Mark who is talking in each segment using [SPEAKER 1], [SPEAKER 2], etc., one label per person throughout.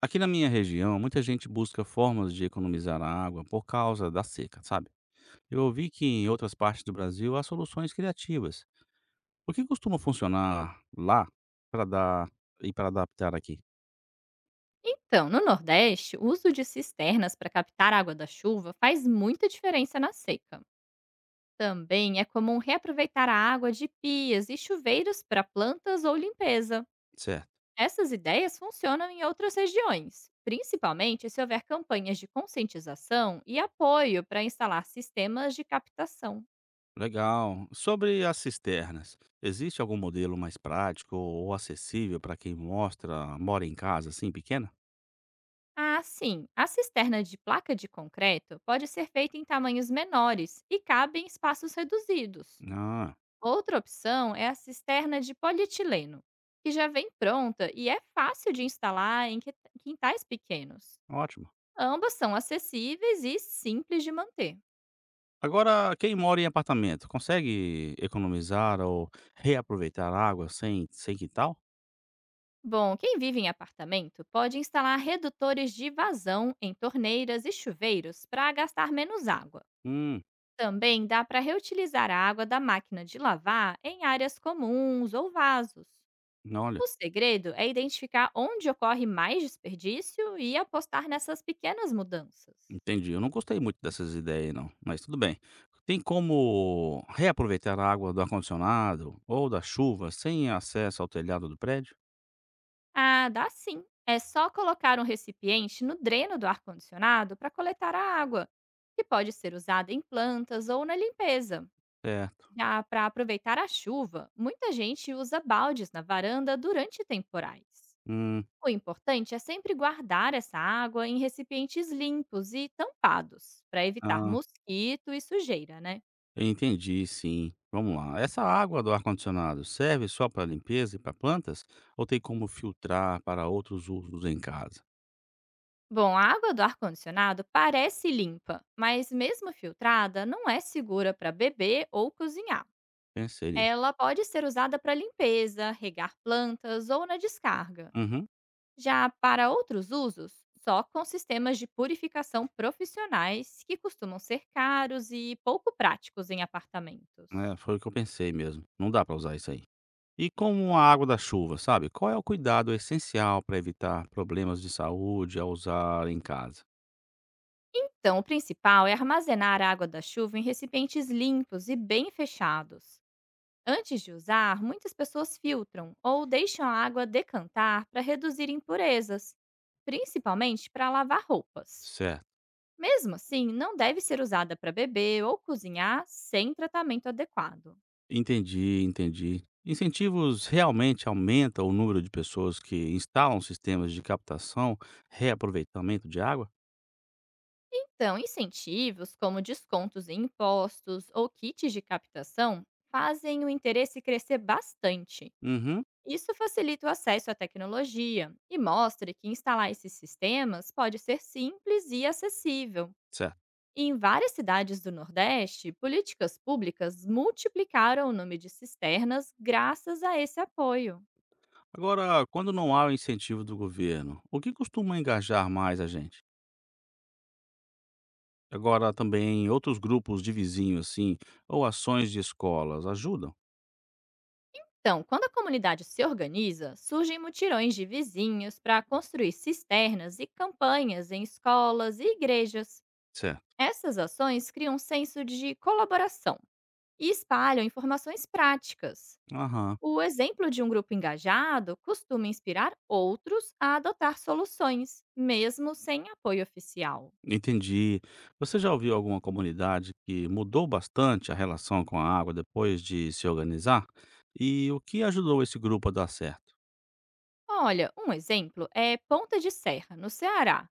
[SPEAKER 1] Aqui na minha região, muita gente busca formas de economizar a água por causa da seca, sabe? Eu ouvi que em outras partes do Brasil há soluções criativas. O que costuma funcionar lá para dar e para adaptar aqui?
[SPEAKER 2] Então, no Nordeste, o uso de cisternas para captar água da chuva faz muita diferença na seca. Também é comum reaproveitar a água de pias e chuveiros para plantas ou limpeza.
[SPEAKER 1] Certo.
[SPEAKER 2] Essas ideias funcionam em outras regiões, principalmente se houver campanhas de conscientização e apoio para instalar sistemas de captação.
[SPEAKER 1] Legal. Sobre as cisternas, existe algum modelo mais prático ou acessível para quem mostra, mora em casa assim pequena?
[SPEAKER 2] Ah, sim, a cisterna de placa de concreto pode ser feita em tamanhos menores e cabe em espaços reduzidos.
[SPEAKER 1] Ah,
[SPEAKER 2] Outra opção é a cisterna de polietileno, que já vem pronta e é fácil de instalar em quintais pequenos.
[SPEAKER 1] ótimo.
[SPEAKER 2] Ambas são acessíveis e simples de manter.
[SPEAKER 1] Agora, quem mora em apartamento, consegue economizar ou reaproveitar água sem quintal?
[SPEAKER 2] Bom, quem vive em apartamento pode instalar redutores de vazão em torneiras e chuveiros para gastar menos água.
[SPEAKER 1] Hum.
[SPEAKER 2] Também dá para reutilizar a água da máquina de lavar em áreas comuns ou vasos.
[SPEAKER 1] Não. Olha,
[SPEAKER 2] O segredo é identificar onde ocorre mais desperdício e apostar nessas pequenas mudanças.
[SPEAKER 1] entendi. Eu não gostei muito dessas ideias aí não, mas tudo bem. Tem como reaproveitar a água do ar-condicionado ou da chuva sem acesso ao telhado do prédio?
[SPEAKER 2] Ah, dá sim. É só colocar um recipiente no dreno do ar-condicionado para coletar a água, que pode ser usada em plantas ou na limpeza.
[SPEAKER 1] Certo.
[SPEAKER 2] Já para aproveitar a chuva, muita gente usa baldes na varanda durante temporais.
[SPEAKER 1] Hum,
[SPEAKER 2] O importante é sempre guardar essa água em recipientes limpos e tampados, para evitar
[SPEAKER 1] ah,
[SPEAKER 2] mosquito e sujeira, né?
[SPEAKER 1] entendi, sim. Vamos lá. Essa água do ar-condicionado serve só para limpeza e para plantas ou tem como filtrar para outros usos em casa?
[SPEAKER 2] Bom, a água do ar-condicionado parece limpa, mas mesmo filtrada, não é segura para beber ou cozinhar.
[SPEAKER 1] Pensei nisso.
[SPEAKER 2] Ela pode ser usada para limpeza, regar plantas ou na descarga.
[SPEAKER 1] Uhum.
[SPEAKER 2] Já para outros usos, só com sistemas de purificação profissionais, que costumam ser caros e pouco práticos em apartamentos.
[SPEAKER 1] É, foi o que eu pensei mesmo. Não dá para usar isso aí. E como a água da chuva, sabe, qual é o cuidado essencial para evitar problemas de saúde ao usar em casa?
[SPEAKER 2] Então, o principal é armazenar a água da chuva em recipientes limpos e bem fechados. Antes de usar, muitas pessoas filtram ou deixam a água decantar para reduzir impurezas, principalmente para lavar roupas.
[SPEAKER 1] Certo.
[SPEAKER 2] Mesmo assim, não deve ser usada para beber ou cozinhar sem tratamento adequado.
[SPEAKER 1] Entendi, entendi. Incentivos realmente aumentam o número de pessoas que instalam sistemas de captação, reaproveitamento de água?
[SPEAKER 2] Então, incentivos como descontos em impostos ou kits de captação fazem o interesse crescer bastante.
[SPEAKER 1] Uhum,
[SPEAKER 2] Isso facilita o acesso à tecnologia e mostra que instalar esses sistemas pode ser simples e acessível.
[SPEAKER 1] certo.
[SPEAKER 2] Em várias cidades do Nordeste, políticas públicas multiplicaram o número de cisternas graças a esse apoio.
[SPEAKER 1] Agora, quando não há o incentivo do governo, o que costuma engajar mais a gente? Agora, também outros grupos de vizinhos, assim, ou ações de escolas ajudam?
[SPEAKER 2] Então, quando a comunidade se organiza, surgem mutirões de vizinhos para construir cisternas e campanhas em escolas e igrejas.
[SPEAKER 1] Certo.
[SPEAKER 2] Essas ações criam um senso de colaboração e espalham informações práticas.
[SPEAKER 1] Aham.
[SPEAKER 2] O exemplo de um grupo engajado costuma inspirar outros a adotar soluções, mesmo sem apoio oficial.
[SPEAKER 1] Entendi. Você já ouviu alguma comunidade que mudou bastante a relação com a água depois de se organizar? E o que ajudou esse grupo a dar certo?
[SPEAKER 2] Olha, um exemplo é Ponta de Serra, no Ceará,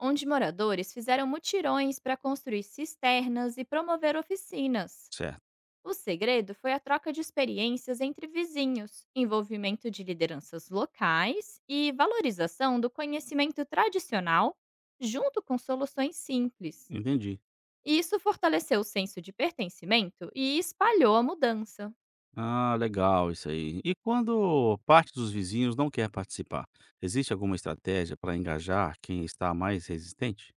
[SPEAKER 2] onde moradores fizeram mutirões para construir cisternas e promover oficinas.
[SPEAKER 1] Certo,
[SPEAKER 2] O segredo foi a troca de experiências entre vizinhos, envolvimento de lideranças locais e valorização do conhecimento tradicional, junto com soluções simples.
[SPEAKER 1] entendi.
[SPEAKER 2] E isso fortaleceu o senso de pertencimento e espalhou a mudança.
[SPEAKER 1] Ah, legal isso aí. E quando parte dos vizinhos não quer participar, existe alguma estratégia para engajar quem está mais resistente?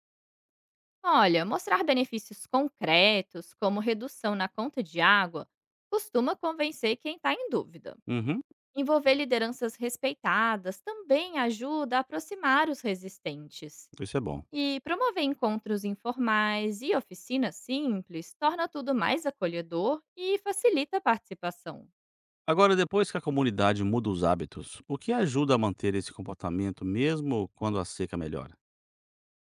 [SPEAKER 2] Olha, mostrar benefícios concretos, como redução na conta de água, costuma convencer quem está em dúvida.
[SPEAKER 1] Uhum,
[SPEAKER 2] Envolver lideranças respeitadas também ajuda a aproximar os resistentes.
[SPEAKER 1] isso é bom.
[SPEAKER 2] E promover encontros informais e oficinas simples torna tudo mais acolhedor e facilita a participação.
[SPEAKER 1] Agora, depois que a comunidade muda os hábitos, o que ajuda a manter esse comportamento mesmo quando a seca melhora?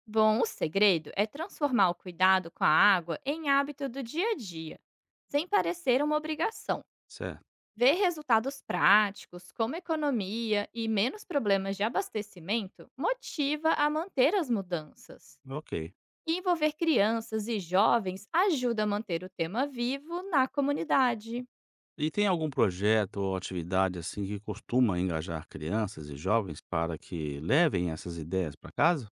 [SPEAKER 2] Bom, o segredo é transformar o cuidado com a água em hábito do dia a dia, sem parecer uma obrigação.
[SPEAKER 1] Certo,
[SPEAKER 2] Ver resultados práticos, como economia e menos problemas de abastecimento, motiva a manter as mudanças.
[SPEAKER 1] ok.
[SPEAKER 2] E envolver crianças e jovens ajuda a manter o tema vivo na comunidade.
[SPEAKER 1] E tem algum projeto ou atividade assim que costuma engajar crianças e jovens para que levem essas ideias para casa?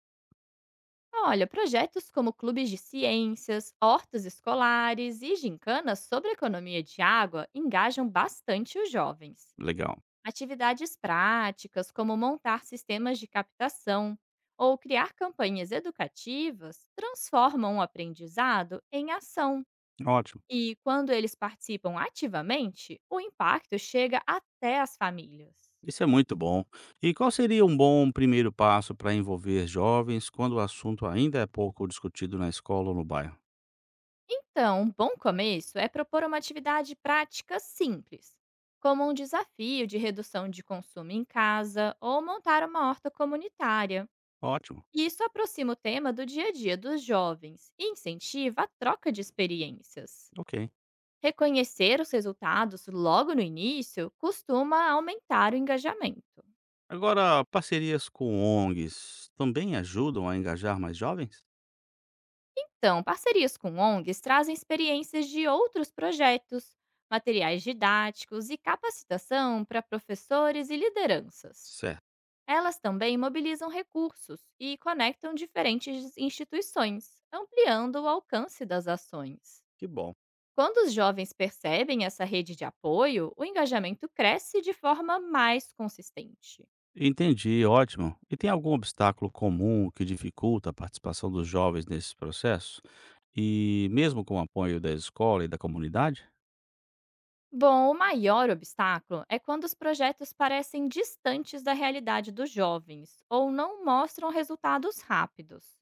[SPEAKER 2] Olha, projetos como clubes de ciências, hortas escolares e gincanas sobre economia de água engajam bastante os jovens.
[SPEAKER 1] Legal,
[SPEAKER 2] Atividades práticas, como montar sistemas de captação ou criar campanhas educativas, transformam o aprendizado em ação.
[SPEAKER 1] ótimo.
[SPEAKER 2] E quando eles participam ativamente, o impacto chega até as famílias.
[SPEAKER 1] Isso é muito bom. E qual seria um bom primeiro passo para envolver jovens quando o assunto ainda é pouco discutido na escola ou no bairro?
[SPEAKER 2] Então, um bom começo é propor uma atividade prática simples, como um desafio de redução de consumo em casa ou montar uma horta comunitária.
[SPEAKER 1] Ótimo,
[SPEAKER 2] E isso aproxima o tema do dia a dia dos jovens e incentiva a troca de experiências.
[SPEAKER 1] ok.
[SPEAKER 2] Reconhecer os resultados logo no início costuma aumentar o engajamento.
[SPEAKER 1] Agora, parcerias com ONGs também ajudam a engajar mais jovens?
[SPEAKER 2] Então, parcerias com ONGs trazem experiências de outros projetos, materiais didáticos e capacitação para professores e lideranças.
[SPEAKER 1] Certo,
[SPEAKER 2] Elas também mobilizam recursos e conectam diferentes instituições, ampliando o alcance das ações.
[SPEAKER 1] que bom.
[SPEAKER 2] Quando os jovens percebem essa rede de apoio, o engajamento cresce de forma mais consistente.
[SPEAKER 1] Entendi, ótimo. E tem algum obstáculo comum que dificulta a participação dos jovens nesse processo? E mesmo com o apoio da escola e da comunidade,
[SPEAKER 2] Bom, o maior obstáculo é quando os projetos parecem distantes da realidade dos jovens ou não mostram resultados rápidos.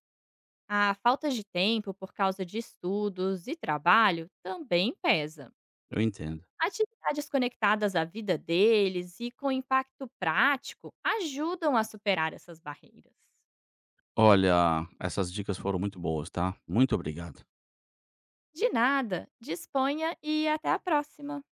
[SPEAKER 2] A falta de tempo por causa de estudos e trabalho também pesa.
[SPEAKER 1] eu entendo.
[SPEAKER 2] Atividades conectadas à vida deles e com impacto prático ajudam a superar essas barreiras.
[SPEAKER 1] Olha, essas dicas foram muito boas, tá? Muito obrigado.
[SPEAKER 2] De nada, disponha e até a próxima.